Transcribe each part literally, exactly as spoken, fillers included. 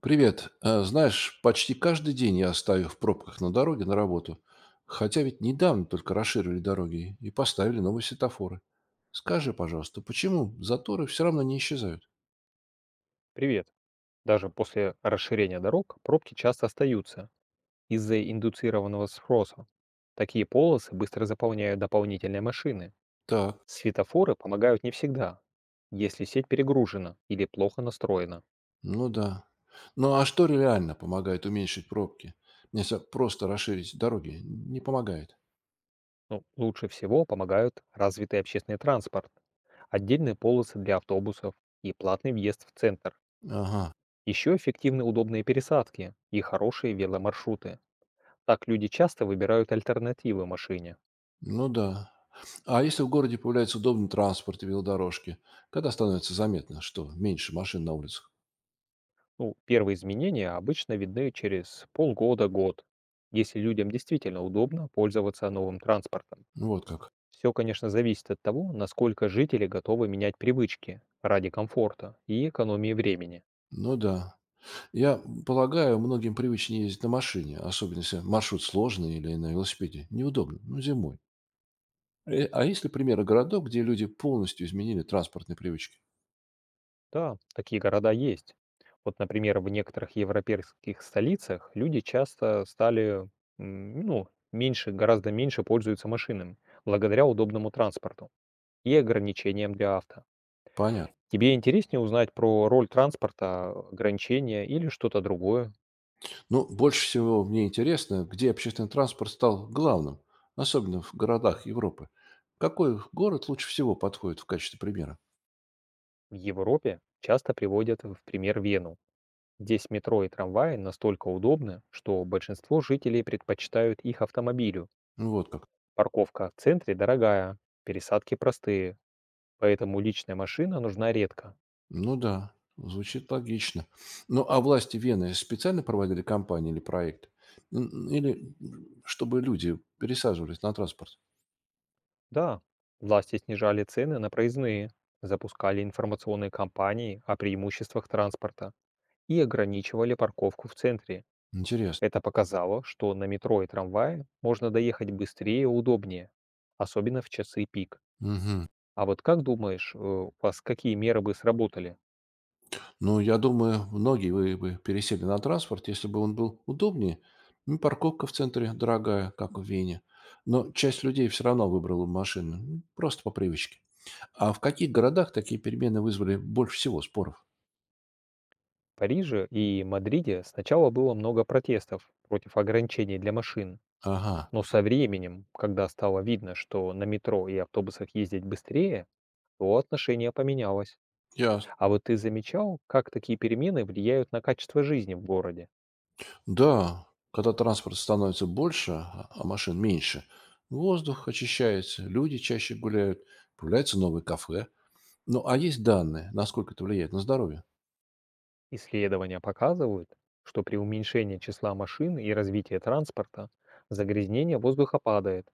Привет. Э, Знаешь, почти каждый день я стою в пробках на дороге на работу. Хотя ведь недавно только расширили дороги и поставили новые светофоры. Скажи, пожалуйста, почему заторы все равно не исчезают? Привет. Даже после расширения дорог пробки часто остаются из-за индуцированного спроса. Такие полосы быстро заполняют дополнительные машины. Так, Светофоры помогают не всегда, если сеть перегружена или плохо настроена. ну да. Ну а что реально помогает уменьшить пробки? Если просто расширить дороги, не помогает. Но лучше всего помогают развитый общественный транспорт, отдельные полосы для автобусов и платный въезд в центр. Ага, Еще эффективны удобные пересадки и хорошие веломаршруты. Так люди часто выбирают альтернативы машине. ну да. А если в городе появляется удобный транспорт и велодорожки, когда становится заметно, что меньше машин на улицах? Ну, первые изменения обычно видны через полгода-год, если людям действительно удобно пользоваться новым транспортом. Вот как. Все, конечно, зависит от того, насколько жители готовы менять привычки ради комфорта и экономии времени. Ну да, я полагаю, многим привычнее ездить на машине, особенно если маршрут сложный или на велосипеде. Неудобно, ну, зимой. Э, А есть ли примеры городов, где люди полностью изменили транспортные привычки? Да, такие города есть. Вот, например, в некоторых европейских столицах люди часто стали, м, ну, меньше, гораздо меньше пользуются машинами благодаря удобному транспорту и ограничениям для авто. Понятно. Тебе интереснее узнать про роль транспорта, ограничения или что-то другое? Ну, больше всего мне интересно, где общественный транспорт стал главным, особенно в городах Европы. Какой город лучше всего подходит в качестве примера? В Европе часто приводят в пример Вену. Здесь метро и трамваи настолько удобны, что большинство жителей предпочитают их автомобилю. Ну, вот как. Парковка в центре дорогая, пересадки простые, поэтому личная машина нужна редко. Ну да, звучит логично. Ну, а власти Вены специально проводили кампании или проекты? Н- Или м, чтобы люди пересаживались на транспорт? Да, власти снижали цены на проездные, запускали информационные кампании о преимуществах транспорта и ограничивали парковку в центре. Интересно. Это показало, что на метро и трамвае можно доехать быстрее и удобнее, особенно в часы пик. Мгм. А вот как думаешь, э, у вас какие меры бы сработали? Ну, я думаю, многие вы бы пересели на транспорт, если бы он был удобнее. Ну, парковка в центре дорогая, как в Вене. Но часть людей все равно выбрала бы машину. Ну, просто по привычке. А в каких городах такие перемены вызвали больше всего споров? В Париже и Мадриде сначала было много протестов против ограничений для машин, Ага, но со временем, когда стало видно, что на метро и автобусах ездить быстрее, то отношение поменялось. ясно. А вот ты замечал, как такие перемены влияют на качество жизни в городе? Да, когда транспорта становится больше, а а машин меньше, воздух очищается, люди чаще гуляют, появляются новые кафе. Ну, а есть данные, насколько это влияет на здоровье? Исследования показывают, что при уменьшении числа машин и развитии транспорта загрязнение воздуха падает,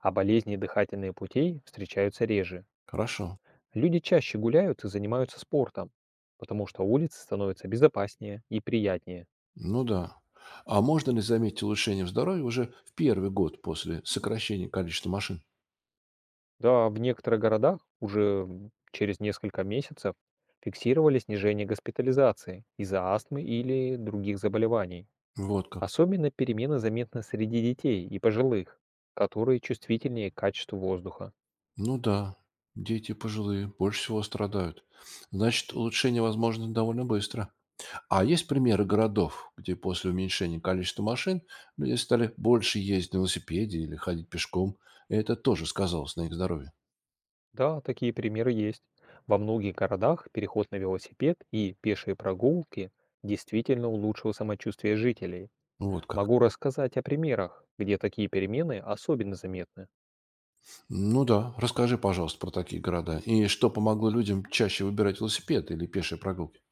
а болезни дыхательных путей встречаются реже. Хорошо. Люди чаще гуляют и занимаются спортом, потому что улицы становятся безопаснее и приятнее. Ну да. А можно ли заметить улучшение в здоровье уже в первый год после сокращения количества машин? Да, в некоторых городах уже м, через несколько месяцев фиксировали снижение госпитализации из-за астмы или других заболеваний. Вот как. Особенно перемены заметны среди детей и пожилых, которые чувствительнее к качеству воздуха. Ну да. Дети и пожилые больше всего страдают. Значит, улучшение возможно довольно быстро. А есть примеры городов, где после уменьшения количества машин люди стали больше ездить на велосипеде или ходить пешком, и это тоже сказалось на их здоровье? Да, такие примеры есть. Во многих городах переход на велосипед и пешие прогулки действительно улучшил самочувствие жителей. Ну, вот как. Могу рассказать о примерах, где такие перемены особенно заметны. Ну да, расскажи, пожалуйста, про такие города. И что помогло людям чаще выбирать велосипед или пешие прогулки?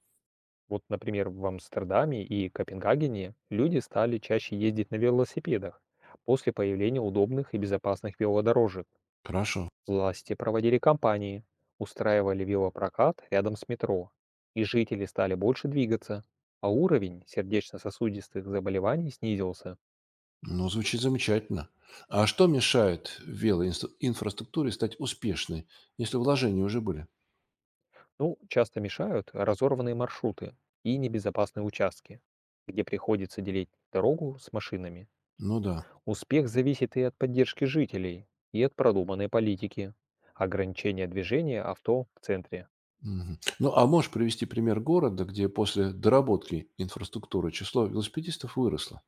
Вот, например, в Амстердаме и Копенгагене люди стали чаще ездить на велосипедах после появления удобных и безопасных велодорожек. Хорошо. Власти проводили кампании, устраивали велопрокат рядом с метро, и жители стали больше двигаться, а уровень сердечно-сосудистых заболеваний снизился. Ну, звучит замечательно. А что мешает велоинфраструктуре стать успешной, если вложения уже были? Ну, часто мешают разорванные маршруты и небезопасные участки, где приходится делить дорогу с машинами. Ну да. Успех зависит и от поддержки жителей, и от продуманной политики. Ограничения движения авто в центре. Мгм. Ну, а можешь привести пример города, где после доработки инфраструктуры число велосипедистов выросло?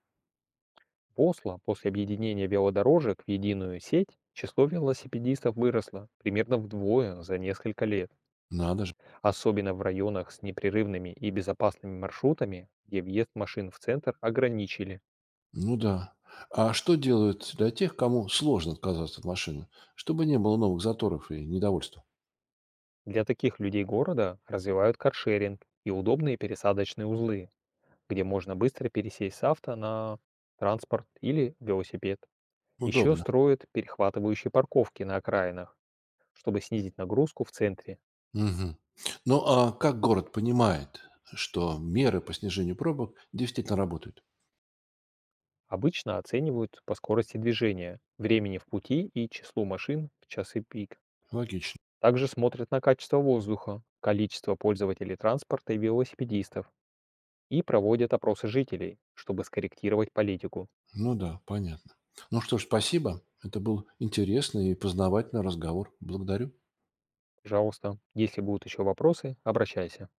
Осло после объединения велодорожек в единую сеть число велосипедистов выросло примерно вдвое за несколько лет, Надо же. особенно в районах с непрерывными и безопасными маршрутами, где въезд машин в центр ограничили. Ну да. А что делают для тех, кому сложно отказаться от машины, чтобы не было новых заторов и недовольства? Для таких людей города развивают каршеринг и удобные пересадочные узлы, где можно быстро пересесть с авто на транспорт или велосипед. Еще Удобно. строят перехватывающие парковки на окраинах, чтобы снизить нагрузку в центре. Мгм. Ну, а как город понимает, что меры по снижению пробок действительно работают? Обычно оценивают по скорости движения, времени в пути и числу машин в часы пик. Логично. Также смотрят на качество воздуха, количество пользователей транспорта и велосипедистов и проводят опросы жителей, чтобы скорректировать политику. Ну да, понятно. Ну что ж, спасибо. Это был интересный и познавательный разговор. Благодарю. Пожалуйста, если будут еще вопросы, обращайся.